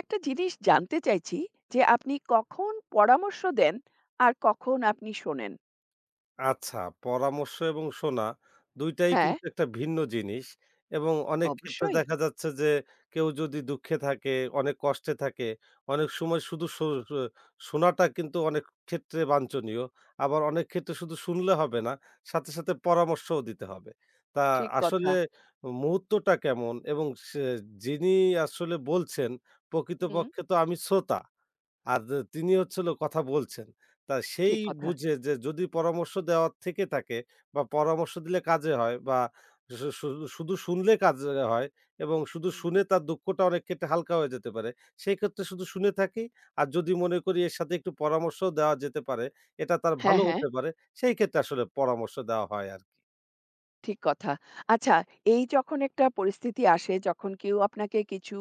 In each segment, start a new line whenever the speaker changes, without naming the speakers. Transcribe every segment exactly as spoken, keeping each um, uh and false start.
একটা জিনিস জানতে চাইছি যে আপনি কখন পরামর্শ দেন আর কখন আপনি শোনেন?
আচ্ছা, পরামর্শ এবং শোনা দুই টাই
হ্যাঁ,
কিন্তু একটা ভিন্ন জিনিস। এবং অনেক ক্ষেত্রে
অবশ্যই।
দেখা যাচ্ছে যে কেউ যদি দুঃখে থাকে, অনেক কষ্টে থাকে, অনেক সময় শুধু শো শো শোনাটা কিন্তু অনেক ক্ষেত্রে বাঞ্ছনীয়। আবার অনেক ক্ষেত্রে শুধু শুনলে হবে না, সাথে, সাথে পরামর্শও দিতে হবে। তা
ঠিক
আসলে
কথা।
মুহূর্তটা কেমন এবং সে যিনি আসলে বলছেন,
হুম,
প্রকৃতপক্ষে তো আমি শ্রোতা। আর যে তিনি হচ্ছে হলো কথা বলছেন। তা সেই
ঠিক কথা।
বুঝে যে যদি পরামর্শ দেওয়ার থেকে থাকে বা পরামর্শ দিলে কাজে হয় বা শু শু শুধু শুনলে কাজে হয় এবং শুধু
হুম, হুম।
শুনে তার দুঃখটা অনেক ক্ষেত্রে হালকা হয়ে যেতে পারে। সেক্ষেত্রে শুধু শুনে থাকি। আর যদি মনে করি এর সাথে একটু পরামর্শও দেওয়া যেতে পারে, এটা তার
হ্যাঁ,
ভালো
হ্যাঁ।
হতে পারে, সেই ক্ষেত্রে আসলে পরামর্শ দেওয়া হয় আরকি।
ঠিক কথা। আচ্ছা, এই যখন একটা পরিস্থিতি আসে যখন কেউ আপনাকে কিছু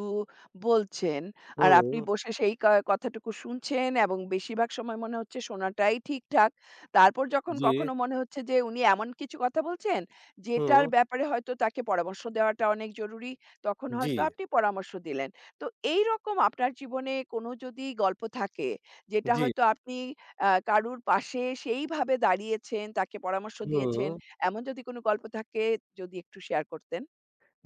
বলছেন আর
হুম,
আপনি বসে সেই ক কথাটুকু শুনছেন এবং বেশিরভাগ সময় মনে হচ্ছে শোনাটাই ঠিকঠাক। তারপর যখন
জি,
কখনো মনে হচ্ছে যে উনি এমন কিছু কথা বলছেন
হুম,
যেটার ব্যাপারে হয়তো তাকে পরামর্শ দেওয়াটা অনেক জরুরি, তখন
জি,
হয়তো আপনি পরামর্শ দিলেন। তো এইরকম আপনার জীবনে কোনো যদি গল্প থাকে যেটা
জি,
হয়তো আপনি আ কারুর পাশে সেইভাবে দাঁড়িয়েছেন, তাকে পরামর্শ দিয়েছেন,
হুম।
এমন যদি কোনো গল্প থাকে যদি একটু শেয়ার করতেন?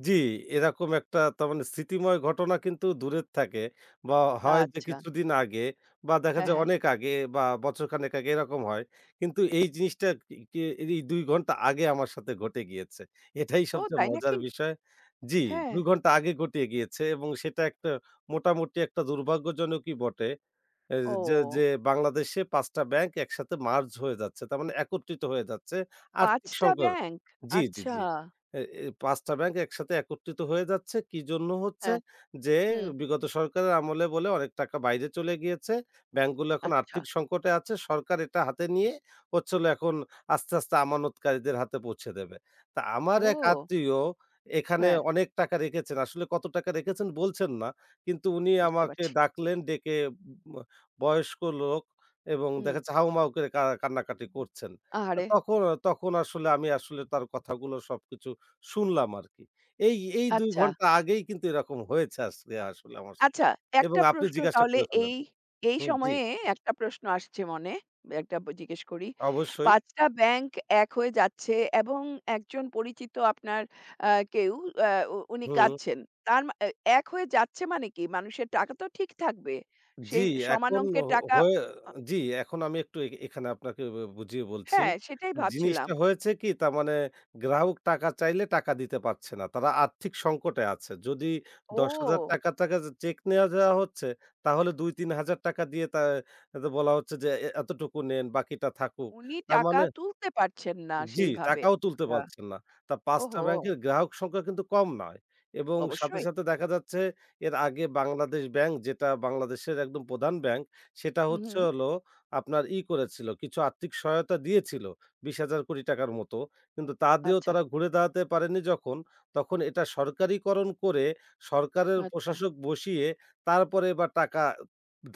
জি, এরকম একটা তার মানে স্মৃতিময় ঘটনা কিন্তু দূরের থাকে বা হয় যে
আচ্ছা।
কিছুদিন আগে বা দেখা
হ্যাঁ,
যায়
হ্যাঁ।
অনেক আগে বা বছরখানেক আগে এরকম হয়। কিন্তু এই জিনিসটা কি কি এই দুই ঘন্টা আগে আমার সাথে ঘটে গিয়েছে। এটাই
ও
সবচেয়ে
তাই
মজার
নাকি?
বিষয়। জি,
হ্যাঁ।
দুই ঘন্টা আগে ঘটিয়ে গিয়েছে এবং সেটা একটা মোটামুটি একটা দুর্ভাগ্যজনকই বটে। এ যে, যে
ও,
বাংলাদেশে পাঁচ টা ব্যাংক একসাথে মার্জ হয়ে যাচ্ছে। তার মানে একত্রিত হয়ে যাচ্ছে।
পাঁচ
আর্থিক
টা
সংকট।
ব্যাংক?
জি, জি,
আচ্ছা।
জি। এ এ পাঁচ টা ব্যাংক একসাথে একত্রিত হয়ে যাচ্ছে। কি জন্য হচ্ছে?
হ্যাঁ,
যে
হুম।
বিগত সরকারের আমলে বলে অনেক টাকা বাইরে চলে গিয়েছে। ব্যাংকগুলো এখন
আচ্ছা।
আর্থিক সংকটে আছে। সরকার এটা হাতে নিয়ে হচ্ছে হলো এখন আস্তে, আস্তে আমানতকারীদের হাতে পৌঁছে দেবে। তা আমার এক
ও!
আত্মীয় এখানে
হ্যাঁ,
অনেক টাকা রেখেছেন। আসলে কত টাকা রেখেছেন বলছেন না। কিন্তু উনি
বুঝতে
আমাকে
পারছি।
ডাকলেন ডেকে, বয়স্ক লোক এবং দেখা
হুম।
যাচ্ছে হাউমাউ করে কা কান্নাকাটি করছেন। আ
আহারে!
তখন তখন আসলে আমি আসলে তার কথাগুলো সবকিছু শুনলাম আরকি। এই, এই দুই
আচ্ছা।
ঘন্টা আগেই কিন্তু এরকম হয়েছে আজকে আসলে আমার সাথে।
আচ্ছা,
এবং
একটা
আপনি
প্রশ্ন
জিজ্ঞাসা
তাহলে
করে ফেললেন।
এই, এই
হুম, জি,
সময়ে একটা প্রশ্ন আসছে মনে। একটা ব জিজ্ঞেস করি।
অবশ্যই।
পাঁচ টা ব্যাংক এক হয়ে যাচ্ছে এবং একজন পরিচিত আপনার আ কেউ, আ উ উনি
হুম।
কাঁদছেন। তার মা এ এক হয়ে যাচ্ছে মানে কি? মানুষের টাকা তো ঠিক থাকবে।
জি,
সেই সমান
এখন
অঙ্কের
হ-
টাকা।
হয়ে
আ
জি, এখন আমি একটু এ এখানে আপনাকে ব বুঝিয়ে বলছি।
হ্যাঁ, সেটাই ভাবছিলাম।
জিনিসটা হয়েছে কি তার মানে গ্রাহক টাকা চাইলে টাকা দিতে পারছে না। তারা আর্থিক সংকটে আছে। যদি ৳১০,০০০
ও!
টাকা যে চেক নেয়া যাওয়া হচ্ছে তাহলে ৳দুই তিন হাজার দিয়ে তা তা বলা হচ্ছে যে, "এ এতটুকু নেন বাকিটা থাকুক।"
উনি
তার
টাকা
মানে
তুলতে পারছেন না
জি,
সেইভাবে।
টাকাও তুলতে
আচ্ছা।
পারছেন না। তা পাঁচ টা
ওহো!
ব্যাংকের গ্রাহক সংখ্যা কিন্তু কম নয় এবং সাথে,
অবশ্যই।
সাথে দেখা যাচ্ছে এর আগে বাংলাদেশ ব্যাংক, যেটা বাংলাদেশের একদম প্রধান ব্যাংক, সেটা
হু, হু।
হচ্ছে হলো আপনার ই করেছিল, কিছু আর্থিক সহায়তা দিয়েছিল ৳বিশ হাজার কোটি টাকার মতো। কিন্তু তা দিয়েও
আচ্ছা,
তারা ঘুরে দাঁড়াতে পারেনি যখন, তখন এটা সরকারিকরণ করে সরকারের
আচ্ছা,
প্রশাসক বসিয়ে তারপরে এবার টাকা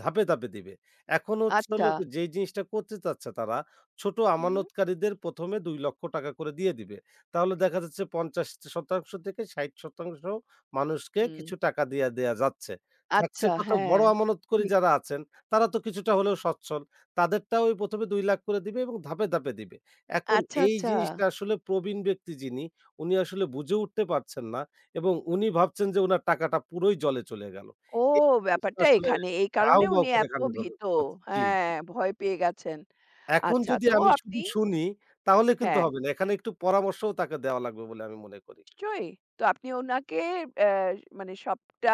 ধাপে, ধাপে দিবে। এখন হচ্ছে হলো
আচ্ছা।
যেই জিনিসটা করতে চাচ্ছে তারা, ছোট
হু, হু।
আমানতকারীদের প্রথম এ ৳দুই,লাখ করে দিয়ে দিবে। তাহলে দেখা যাচ্ছে পঞ্চাশ শতাংশ থেকে ষাট শতাংশ মানুষকে
হুম,
কিছু টাকা দিয়া দেয়া যাচ্ছে। থাকছে
আচ্ছা,
কত
হ্যাঁ।
বড় আমানতকারী
ঠিক।
যারা আছেন, তারা তো কিছুটা হলেও সচ্ছল। তাদেরটাও ওই প্রথম এ দুই লাখ করে দিবে এবং ধাপে, ধাপে দিবে। এখন
আচ্ছা,
এই
আচ্ছা।
জিনিসটা আসলে প্রবীণ ব্যক্তি যিনি, উনি আসলে বুঝে উঠতে পারছেন না এবং উনি ভাবছেন যে উনার টাকাটা পুরোই জলে চলে গেল।
ও,
এই জিনিসটা
ব্যাপারটা
আসলে
এখানে। এই কারণে
হাউমাউ
উনি
করে
এত
কান্না করে
ভীত।
জি।
হ্যাঁ, ভয় পেয়ে গেছেন।
এখন
আচ্ছা,
যদি
তো
আমি
আপনি,
শুধু শুনি তাহলে কিন্তু
হ্যাঁ,
হবে না। এখানে একটু পরামর্শও তাকে দেওয়া লাগবে বলে আমি মনে করি।
নিশ্চয়ই। তো আপনি উনাকে, অ্যা মানে সবটা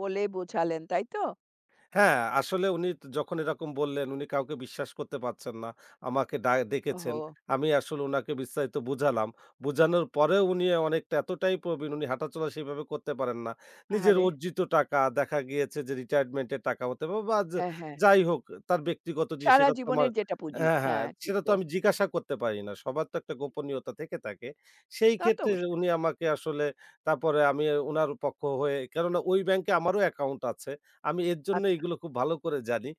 বলে বোঝালেন, তাই তো?
হ্যাঁ, আসলে উনি যখন এরকম বললেন, উনি কাউকে বিশ্বাস করতে পারছেন না। আমাকে ডা ডেকেছেন।
ওহো!
আমি আসলে উনাকে বিস্তারিত বুঝালাম। বুঝানোর পরেও উনি অনেকটা এতটাই প্রবীণ, উনি হাঁটাচলা সেভাবে করতে পারেন না। নিজের
আহারে!
অর্জিত টাকা দেখা গিয়েছে যে রিটায়ারমেন্টের টাকা হতে পারে বা যা
হ্যাঁ, হ্যাঁ।
যাই হোক, তার ব্যক্তিগত জিনিস
সারা
সেটা তো আমার
জীবনের যেটা পুঁজি।
হ্যাঁ, হ্যাঁ,
হ্যাঁ, ঠিক
সেটা তো
তো।
আমি জিজ্ঞাসা করতে পারি না। সবার তো একটা
নিশ্চয়ই।
গোপনীয়তা থেকে থাকে। সেই
তা তো
ক্ষেত্রে
অবশ্যই।
উনি আমাকে আসলে তারপরে আমি উনার পক্ষ হয়ে, কেননা ওই ব্যাংকে আমারও অ্যাকাউন্ট আছে। আমি এর জন্য
আচ্ছা।
এগুলো খুব ভালো করে জানি।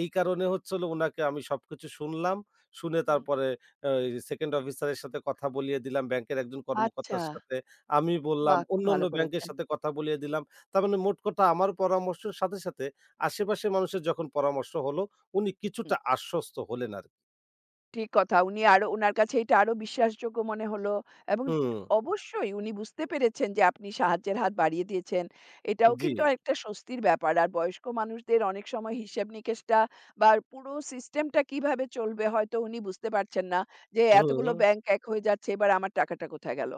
এই কারণে হচ্ছে হলো উনাকে আমি সবকিছু শুনলাম। শুনে
হুম।
তারপরে আ ওই সেকেন্ড অফিসারের সাথে কথা বলিয়ে দিলাম, ব্যাংকের একজন
আচ্ছা,
কর্মকর্তার সাথে। আমি বললাম,
বাহ! খুব
অন্যান্য
ভালো
ব্যাংকের
করেছেন।
সাথে কথা বলিয়ে দিলাম। তার মানে মোট কথা আমার পরামর্শের সাথে, সাথে আশেপাশের মানুষের যখন পরামর্শ হলো, উনি
হুম।
কিছুটা আশ্বস্ত হলেন আরকি।
ঠিক কথা। উনি আরো, উনার কাছে এটা আরো বিশ্বাসযোগ্য মনে হলো এবং
হুম,
অবশ্যই উনি বুঝতে পেরেছেন যে আপনি সাহায্যের হাত বাড়িয়ে দিয়েছেন। এটাও
জি।
কিন্তু একটা স্বস্তির ব্যাপার। আর বয়স্ক মানুষদের অনেক সময় হিসেব-নিকেশটা বা পুরো সিস্টেমটা কিভাবে চলবে হয়তো উনি বুঝতে পারছেন না যে
হুম,
এতগুলো ব্যাংক এক হয়ে যাচ্ছে, এবার আমার টাকাটা কোথায় গেল?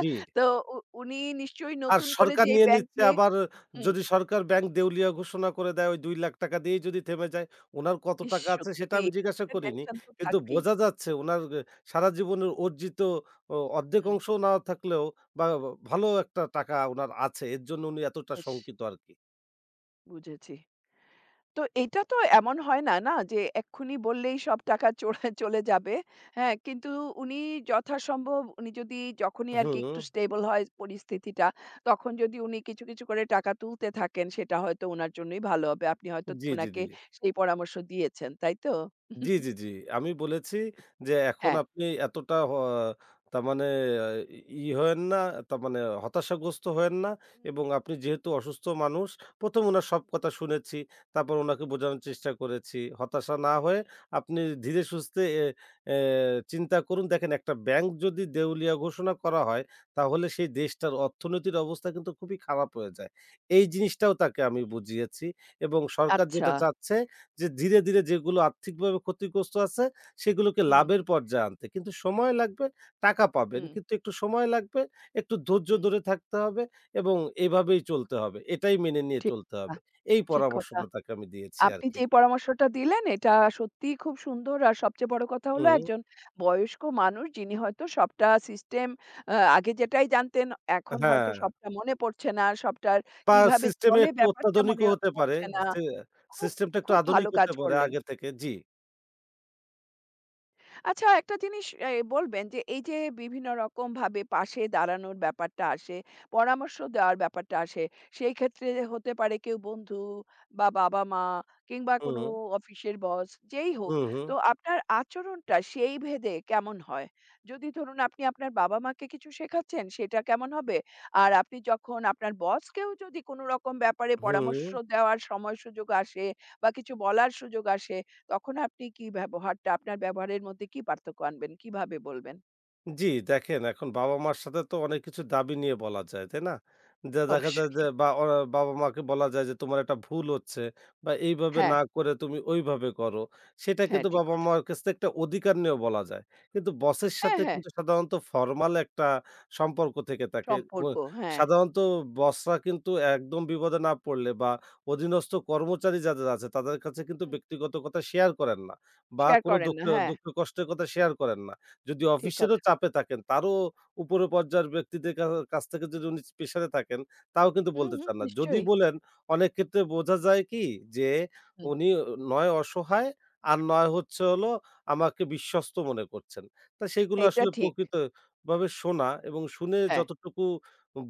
জি।
তো উ উনি নিশ্চয়ই
আর
নতুন করে
সরকার
যেই
নিয়ে নিচ্ছে
ব্যাংকে,
আবার,
হুম,
যদি সরকার ব্যাংক দেউলিয়া ঘোষণা করে দেয় ওই ৳দুই,লাখ দিয়েই যদি থেমে যায়, উনার কত
ইস,
টাকা আছে সেটা
সত্যি
আমি জিজ্ঞাসা
একটা
করিনি।
টেনশন তো
কিন্তু
থাকবেই।
বোঝা যাচ্ছে উনার এ সারা জীবনের অর্জিত অ অর্ধেক
হুম,
অংশ না থাকলেও বা বা ভালো একটা টাকা উনার আছে। এর জন্য উনি এতটা
ইস,
শঙ্কিত আরকি।
বুঝেছি। তো এটা তো এমন হয় না, না? যে এক্ষুনি বললেই সব টাকা চলে চলে যাবে। হ্যাঁ? কিন্তু উনি যথাসম্ভব উনি যদি যখনই আরকি একটু
হুম।
স্টেবল হয় পরিস্থিতিটা, তখন যদি উনি কিছু, কিছু করে টাকা তুলতে থাকেন সেটা হয়তো উনার জন্যই ভালো হবে। আপনি হয়তো
জি, জি, জি।
উনাকে সেই পরামর্শ দিয়েছেন, তাই তো?
জি, জি, জি। আমি বলেছি যে, "এখন
হ্যাঁ।
আপনি এতটা হ তার মানে ই ই হয়েন না, তার মানে হতাশাগ্রস্ত হয়েন না
হুম,
এবং আপনি যেহেতু অসুস্থ মানুষ, প্রথম উনার সব
হুম।
কথা শুনেছি, তারপর উনাকে বোঝানোর চেষ্টা করেছি। হতাশা না হয়ে আপনি ধীরে সুস্থে এ এ চিন্তা করুন। দেখেন একটা ব্যাংক যদি দেউলিয়া ঘোষণা করা হয়, তাহলে সেই দেশটার অর্থনীতির অবস্থা কিন্তু খুবই খারাপ হয়ে যায়।" এই জিনিসটাও তাকে আমি বুঝিয়েছি এবং সরকার
আচ্ছা।
যেটা চাচ্ছে যে ধীরে, ধীরে যেগুলো আর্থিকভাবে ক্ষতিগ্রস্ত আছে সেগুলোকে
হুম,
লাভের পর্যায়ে আনতে। কিন্তু সময় লাগবে, টাকা পাবেন।
হুম,
কিন্তু একটু সময় লাগবে, একটু ধৈর্য
হুম।
ধরে থাকতে হবে এবং এভাবেই চলতে হবে। এটাই মেনে নিয়ে
ঠিক
চলতে
কথা,
হবে। এই
ঠিক কথা।
পরামর্শটা তাকে আমি দিয়েছি
আপনি
আরকি।
যে পরামর্শটা দিলেন এটা সত্যিই খুব সুন্দর। আর সবচেয়ে বড় কথা হলো
হুম,
একজন বয়স্ক মানুষ যিনি হয়তো সবটা সিস্টেম আ আগে যেটাই জানতেন এখন হয়তো
হ্যাঁ।
সবটা মনে পড়ছে না। সবটার
বা
কিভাবে
সিস্টেমে
চলে
একটু
ব্যাপারটা মনে
অত্যাধুনিকও হতে পারে।
পড়ছে না।
সে
খুব,
সিস্টেমটা একটু
খুব
আধুনিক
ভালো
হতে
কাজ
পারে
করলেন।
আগে থেকে। জি।
আচ্ছা, একটা জিনিস এ বলবেন যে এই যে বিভিন্ন রকমভাবে পাশে দাঁড়ানোর ব্যাপারটা আসে, পরামর্শ দেওয়ার ব্যাপারটা আসে। সেই ক্ষেত্রে হতে পারে কেউ বন্ধু, বা বাবা-মা, কিংবা কোনো
হুম,
অফিসের বস, যেই হোক।
হুম, হুম,
তো আপনার আচরণটা সেই ভেদে কেমন হয়? যদি ধরুন আপনি আপনার বাবা-মাকে কিছু শেখাচ্ছেন সেটা কেমন হবে? আর আপনি যখন আপনার বসকেও যদি কোনো রকম ব্যাপারে
হুম।
পরামর্শ দেওয়ার সময় সুযোগ আসে বা কিছু বলার সুযোগ আসে তখন আপনি কি ব্যবহারটা আপনার ব্যবহারের মধ্যে কি পার্থক্য আনবেন? কিভাবে বলবেন?
জি, দেখেন এখন বাবা-মার সাথে তো অনেক কিছু দাবি নিয়ে বলা যায়, তাই না? যে দেখা যায়
অবশ্যই।
যে বা অ বাবা-মাকে বলা যায় যে তোমার একটা ভুল হচ্ছে বা এইভাবে
হ্যাঁ,
না করে তুমি ওইভাবে করো। সেটা
হ্যাঁ,
কিন্তু
ঠিক কথা।
বাবা-মার কাছ থেকে একটা অধিকার নিয়েও বলা যায়। কিন্তু বসের
হ্যাঁ,
সাথে
হ্যাঁ,
কিন্তু সাধারণত ফরমাল একটা সম্পর্ক থেকে থাকে। ও
সম্পর্ক, হ্যাঁ,
সাধারণত বসরা কিন্তু একদম বিপদে না পড়লে বা অধীনস্থ কর্মচারী যাদের আছে তাদের কাছে কিন্তু
হুম,
ব্যক্তিগত কথা শেয়ার করেন না বা
শেয়ার
কোনো
করেন
দুঃখ
না। হ্যাঁ,
দুঃখ কষ্টের কথা শেয়ার করেন না। যদি
ঠিক
অফিসেরও
কথা।
চাপে থাকেন, তারও উপরে পর্যায়ের ব্যক্তিদের কা কাছ থেকে যদি উনি প্রেশারে থাকেন, তাও কিন্তু
হুম,
বলতে
হুম,
চান না। যদি
নিশ্চয়ই।
বলেন, অনেক ক্ষেত্রে বোঝা যায় কি যে,
হুম,
উনি নয় অসহায়, আর নয় হচ্ছে হলো আমাকে বিশ্বস্ত মনে করছেন। তা সেগুলো
এইটা
আসলে
ঠিক।
প্রকৃতভাবে শোনা এবং শুনে
হ্যাঁ,
যতটুকু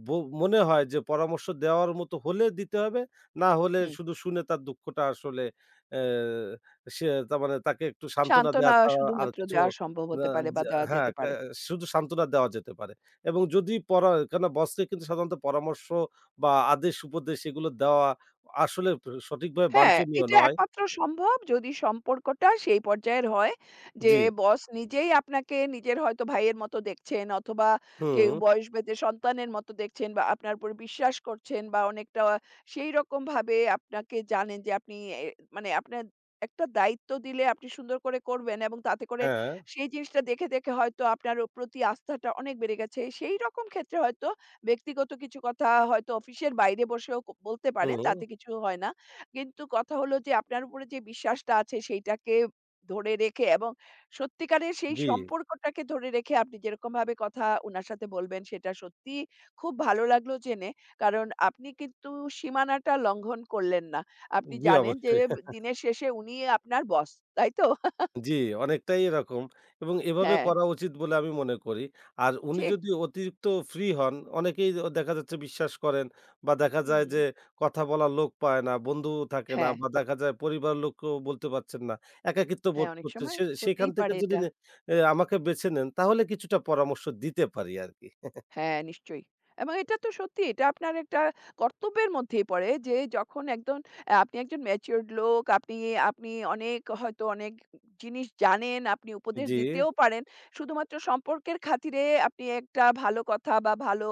বো মনে হয় যে পরামর্শ দেওয়ার মতো হলে দিতে হবে, না হলে
হুম,
শুধু শুনে তার দুঃখটা আসলে অ্যা সে তার মানে তাকে একটু সান্ত্বনা দেয়া
সান্ত্বনা
ছাড়া আর
শুধুমাত্র
কিছু
দেওয়া সম্ভব
না,
হতে পারে বা
যা
দেওয়া
হ্যাঁ,
যেতে
কা
পারে।
শুধু সান্ত্বনা দেওয়া যেতে পারে। এবং যদি পরা কেননা বসকে কিন্তু সাধারণত পরামর্শ বা আদেশ উপদেশ এগুলো দেওয়া আসলে প সঠিকভাবে
হ্যাঁ,
বাঞ্ছনীয়
এটা
নয়।
একমাত্র সম্ভব যদি সম্পর্কটা সেই পর্যায়ের হয় যে
জি।
বস নিজেই আপনাকে নিজের হয়তো ভাইয়ের মতো দেখছেন অথবা কেউ
হুম,
বয়স ভেদে সন্তানের মতো দেখছেন বা আপনার উপর বিশ্বাস করছেন বা অনেকটা সেইরকম ভাবে আপনাকে জানেন যে আপনি, এ মানে আপনার একটা দায়িত্ব দিলে আপনি সুন্দর করে করবেন এবং তাতে করে
হ্যাঁ,
সেই জিনিসটা দেখে, দেখে হয়তো আপনার ও প্রতি আস্থাটা অনেক বেড়ে গেছে। সেইরকম ক্ষেত্রে হয়তো ব্যক্তিগত কিছু কথা হয়তো অফিসের বাইরে বসেও ক বলতে পারেন,
হুম,
তাতে কিছু হয় না। কিন্তু কথা হলো যে আপনার উপরে যে বিশ্বাসটা আছে সেইটাকে ধরে রেখে এবং সত্যিকারের সেই
জি,
সম্পর্কটাকে ধরে রেখে আপনি যেরকম ভাবে কথা উনার সাথে বলবেন সেটা সত্যি খুব ভালো লাগলো জেনে। কারণ আপনি কিন্তু সীমানাটা লঙ্ঘন করলেন না। আপনি
জি
জানেন যে
অবশ্যই।
দিনের শেষে উনি আপনার বস। তাই তো?
জি, অনেকটাই এরকম এবং এভাবে
হ্যাঁ,
করা উচিত বলে আমি মনে করি। আর উনি
ঠিক।
যদি অতিরিক্ত ফ্রি হন, অনেকেই অ দেখা যাচ্ছে বিশ্বাস করেন বা দেখা যায়
হুম।
যে কথা বলার লোক পায় না, বন্ধু থাকে না
হ্যাঁ,
বা দেখা যায় পরিবারের লোককেও বলতে পারছেন না। একাকিত্ব
হ্যাঁ,
বোধ
অনেক
করছেন।
সময়
সে সেখান
হতেই
থেকে
পারে
যদি
এটা।
নে এ আমাকে বেছে নেন তাহলে কিছুটা পরামর্শ দিতে পারি আরকি।
হ্যাঁ, নিশ্চয়ই। এবং এটা তো সত্যি, এটা আপনার একটা কর্তব্যের মধ্যেই পড়ে যে যখন একজন, আ আপনি একজন ম্যাচিউরড লোক, আপনি আপনি অনেক হয়তো অনেক জিনিস জানেন, আপনি উপদেশ
জি,
দিতেও পারেন। শুধুমাত্র সম্পর্কের খাতিরে আপনি একটা ভালো কথা বা ভালো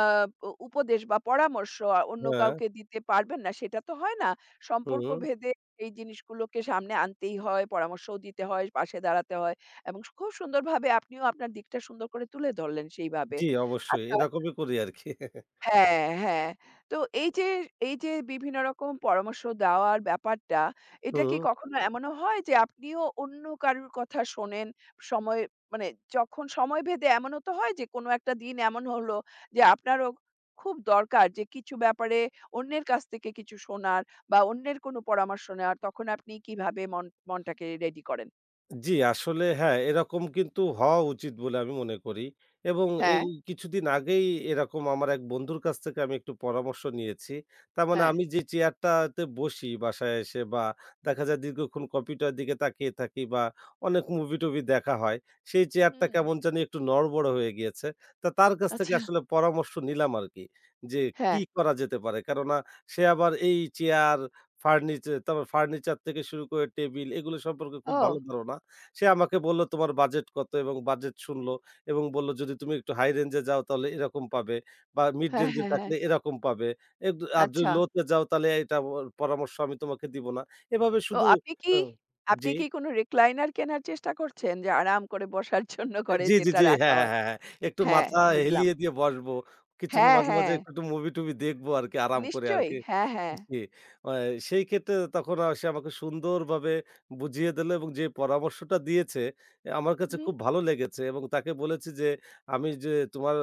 আ উ উপদেশ বা পরামর্শ আ অন্য
হ্যাঁ,
কাউকে দিতে পারবেন না সেটা তো হয় না। সম্পর্ক
হুম,
ভেদে এই জিনিসগুলোকে সামনে আনতেই হয়, পরামর্শও দিতে হয়, পাশে দাঁড়াতে হয় এবং খুব সুন্দরভাবে আপনিও আপনার দিকটা সুন্দর করে তুলে ধরলেন সেইভাবে।
জি অবশ্যই।
আচ্ছা,
এরকমই করি আরকি।
হ্যাঁ, হ্যাঁ। তো এই যে, এই যে বিভিন্ন রকম পরামর্শ দেওয়ার ব্যাপারটা, এটা কি
হুম।
কখনো এমনও হয় যে আপনিও অন্য কারুর কথা শোনেন? সময়, মানে যখন সময় ভেদে এমনও তো হয় যে কোনো একটা দিন এমন হলো যে আপনারও খুব দরকার যে কিছু ব্যাপারে অন্যের কাছ থেকে কিছু শোনার বা অন্যের কোনো পরামর্শ নেওয়ার, তখন আপনি কিভাবে মন মনটাকে রেডি করেন?
জি, আসলে হ্যাঁ, এরকম কিন্তু হওয়া উচিত বলে আমি মনে করি। এবং এই
হ্যাঁ,
কিছুদিন আগেই এরকম আমার এক বন্ধুর কাছ থেকে আমি একটু পরামর্শ নিয়েছি। তার মানে
হ্যাঁ।
আমি যে চেয়ারটাতে বসি বাসায় এসে, বা দেখা যায় দীর্ঘক্ষণ কম্পিউটারের দিকে তাকিয়ে থাকি বা অনেক মুভি-টুভি দেখা হয়, সেই চেয়ারটা
হুম,
কেমন জানি একটু নড়বড় হয়ে গিয়েছে। তা তার কাছ থেকে
আচ্ছা।
আসলে পরামর্শ নিলাম আরকি যে কি
হ্যাঁ।
করা যেতে পারে? কেননা সে আবার এই চেয়ার, ফার্নিচার, তারপর ফার্নিচার থেকে শুরু করে টেবিল এগুলো সম্পর্কে খুব ভালো
ও!
ধারণা। সে আমাকে বলল, "তোমার বাজেট কত?" এবং বাজেট শুনলো এবং বলল, "যদি তুমি একটু হাই রেঞ্জ এ যাও তাহলে এরকম পাবে বা মিড
হ্যাঁ,
রেঞ্জ এ
হ্যাঁ, হ্যাঁ।
থাকলে এরকম পাবে। এগ আর যদি
আচ্ছা।
লো তে যাও তাহলে এটা ওর পরামর্শ আমি তোমাকে দিব না।" এভাবে
তো
শুধু
আপনি কি,
আ
আপনি
জি।
কি কোনো recliner কেনার চেষ্টা করছেন? যে আরাম করে বসার জন্য
আ
ঘরে
জি, জি,
যেটা
জি।
রাখা
হ্যাঁ, হ্যাঁ,
হয়?
হ্যাঁ, হ্যাঁ। একটু
হ্যাঁ,
মাথা
বুঝলাম।
হেলিয়ে দিয়ে বসবো। কিছু
হ্যাঁ,
মাঝে, মাঝে
হ্যাঁ,
একটু মুভি-টুভি দেখবো আরকি আরাম করে
নিশ্চয়ই।
আরকি।
হ্যাঁ, হ্যাঁ।
জি। আ সেই ক্ষেত্রে তখন আ সে আমাকে সুন্দরভাবে বুঝিয়ে দিল এবং যে পরামর্শটা দিয়েছে এ আমার কাছে
উহু,
খুব ভালো লেগেছে এবং তাকে বলেছি যে, "আমি যে তোমার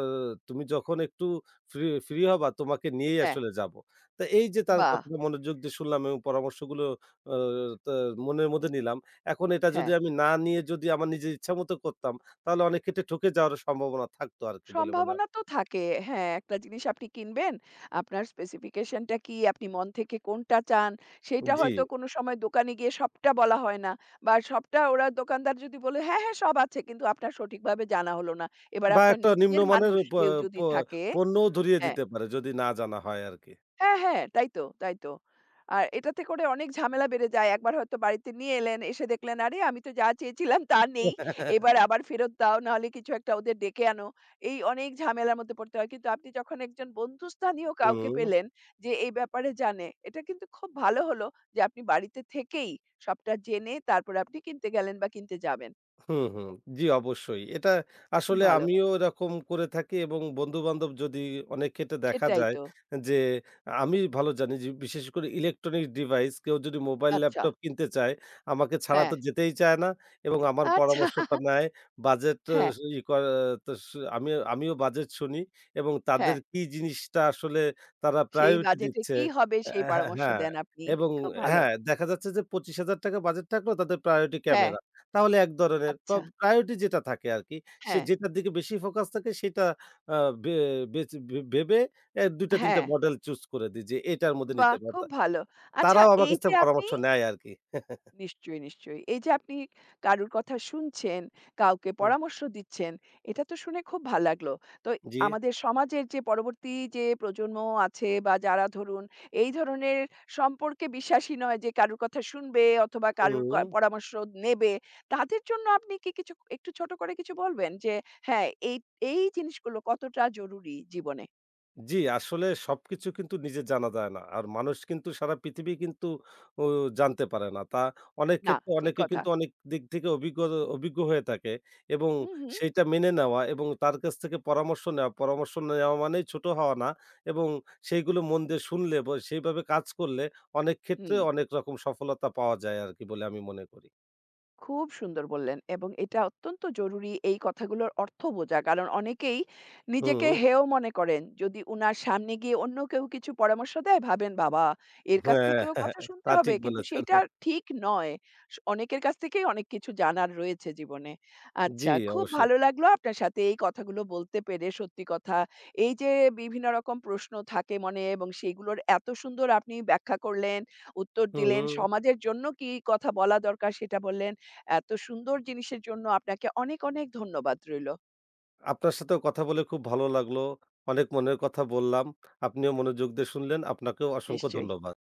তুমি যখন একটু ফ্রি ফ্রি হবা তোমাকে নিয়েই
হ্যাঁ,
আসলে যাবো।" তো এই যে তার
বাহ!
কথাটা মনোযোগ দিয়ে শুনলাম এবং পরামর্শগুলো আ তা মনের মধ্যে নিলাম। এখন এটা
হ্যাঁ,
যদি আমি না নিয়ে যদি আমার নিজের ইচ্ছামত করতাম তাহলে অনেক ক্ষেত্রে ঠকে যাওয়ার সম্ভাবনা থাকতো আরকি বলে মনে
সম্ভাবনা
হয়।
তো থাকে। হ্যাঁ, একটা জিনিস আপনি কিনবেন, আপনার specification টা কি? আপনি মন থেকে কোনটা চান? সেইটা
জি।
হয়তো কোনো সময় দোকানে গিয়ে সবটা বলা হয় না, বা সবটা ওরা দোকানদার যদি বলে, "হ্যাঁ, হ্যাঁ, সব আছে।" কিন্তু আপনার সঠিকভাবে জানা হলো না। এবার
বা
আপনার
একটা
নিজের
নিম্নমানের
মানুষ
প
কেউ
প
যদি থাকে,
পণ্যও ধরিয়ে
হ্যাঁ।
দিতে পারে যদি না জানা হয় আরকি।
হ্যাঁ, হ্যাঁ, তাই তো, তাই তো। আর এটাতে করে অনেক ঝামেলা বেড়ে যায়। একবার হয়তো বাড়িতে নিয়ে এলেন, এসে দেখলেন, "আরে, আমি তো যা চেয়েছিলাম তা নেই। এবার আবার ফেরত দাও, নাহলে কিছু একটা ওদের ডেকে আনো।" এই অনেক ঝামেলার মধ্যে পড়তে হয়। কিন্তু আপনি যখন একজন বন্ধুস্থানীয় কাউকে
হুম।
পেলেন, যে এই ব্যাপারে জানে, এটা কিন্তু খুব ভালো হলো যে আপনি বাড়িতে থেকেই সবটা জেনে তারপরে আপনি কিনতে গেলেন বা কিনতে যাবেন।
হুম, হুম। জি, অবশ্যই। এটা
খুব
আসলে
ভালো।
আমিও এরকম করে থাকি এবং বন্ধু-বান্ধব যদি অনেক ক্ষেত্রে দেখা
সেটাই
যায়
তো।
যে আমি ভালো জানি, যে বিশেষ করে ইলেকট্রনিক ডিভাইস কেউ যদি মোবাইল,
আচ্ছা,
ল্যাপটপ কিনতে চায়, আমাকে ছাড়া
হ্যাঁ।
তো যেতেই চায় না এবং আমার
আচ্ছা,
পরামর্শটা নেয়। বাজেট আ
হ্যাঁ,
ই করে তো সে- আমি আমিও বাজেট শুনি এবং তাদের
হ্যাঁ।
কি জিনিসটা আসলে তারা
সেই
প্রায়োরিটি
বাজেটে
দিচ্ছে
কি হবে
অ্যা
সেই
হ্যাঁ,
পরামর্শ
হ্যাঁ
দেন আপনি।
এবং
খুব ভালো।
হ্যাঁ, দেখা যাচ্ছে যে ৳পঁচিশ হাজার বাজেট থাকলেও তাদের প্রায়োরিটি
হ্যাঁ,
ক্যামেরা। তাহলে এক ধরনের প্র
আচ্ছা।
প্রায়োরিটি যেটা থাকে আরকি, সে
হ্যাঁ,
যেটার দিকে বেশি ফোকাস থাকে সেটা আ বে বেচ ভে ভেবে এ দুই টা তিন টা
হ্যাঁ।
মডেল চুজ করে দিই যে এটার মধ্যে নিতে
বাহ!
পারতা।
খুব ভালো। আচ্ছা,
তারাও আমার
এই
কাছ
যে
থেকে
আপনি,
পরামর্শ নেয় আরকি।
নিশ্চয়ই, নিশ্চয়ই। এই যে আপনি কারুর কথা শুনছেন, কাউকে
হুম,
পরামর্শ দিচ্ছেন, এটা তো শুনে খুব ভাল লাগলো। তো
জি,
আমাদের সমাজের যে পরবর্তী যে প্রজন্ম আছে বা যারা ধরুন এই ধরনের সম্পর্কে বিশ্বাসী নয় যে কারুর কথা শুনবে অথবা কারুর ক
হুম।
পরামর্শ নেবে, তাদের জন্য আপনি কি কিছু একটু ছোট করে কিছু বলবেন? যে হ্যাঁ, এই, এই জিনিসগুলো কতটা জরুরি জীবনে?
জি, আসলে সবকিছু কিন্তু নিজে জানা যায় না। আর মানুষ কিন্তু সারা পৃথিবী কিন্তু ও জানতে পারে না। তা অনেক
না,
ক্ষেত্রে
ঠিক
অনেকে
কথা।
কিন্তু অনেক দিক থেকে অভিজ্ঞ অভিজ্ঞ হয়ে থাকে এবং
হুম, হুম,
সেইটা মেনে নেওয়া এবং তার কাছ থেকে পরামর্শ নেওয়া, পরামর্শ নেওয়া মানেই ছোট হওয়া না এবং সেইগুলো মন দিয়ে শুনলে বা সেইভাবে কাজ করলে অনেক ক্ষেত্রে
হুম।
অনেক রকম সফলতা পাওয়া যায় আরকি বলে আমি মনে করি।
খুব সুন্দর বললেন এবং এটা অত্যন্ত জরুরি এই কথাগুলোর অর্থ বোঝা। কারণ অনেকেই নিজেকে
হুম,
হেয় মনে করেন। যদি উনার সামনে গিয়ে অন্য কেউ কিছু পরামর্শ দেয় ভাবেন, "বাবা! এর কাছ
হ্যাঁ,
থেকেও
হ্যাঁ,
কথা
তা
শুনতে হবে।"
ঠিক
কিন্তু
বলেছেন।
সেইটা ঠিক নয়। স অনেকের কাছ থেকেই অনেক কিছু জানার রয়েছে জীবনে।
জি,
আচ্ছা, খুব
অবশ্যই।
ভালো লাগলো আপনার সাথে এই কথাগুলো বলতে পেরে, সত্যি কথা। এই যে বিভিন্ন রকম প্রশ্ন থাকে মনে এবং সেগুলোর এত সুন্দর আপনি ব্যাখ্যা করলেন, উত্তর দিলেন,
হুম।
সমাজের জন্য কি কথা বলা দরকার সেটা বললেন। এত সুন্দর জিনিসের জন্য আপনাকে অনেক, অনেক ধন্যবাদ রইলো।
আপনার সাথেও কথা বলে খুব ভালো লাগলো। অনেক মনের কথা বললাম। আপনিও মনোযোগ দিয়ে শুনলেন। আপনাকেও অসংখ্য
নিশ্চয়ই।
ধন্যবাদ।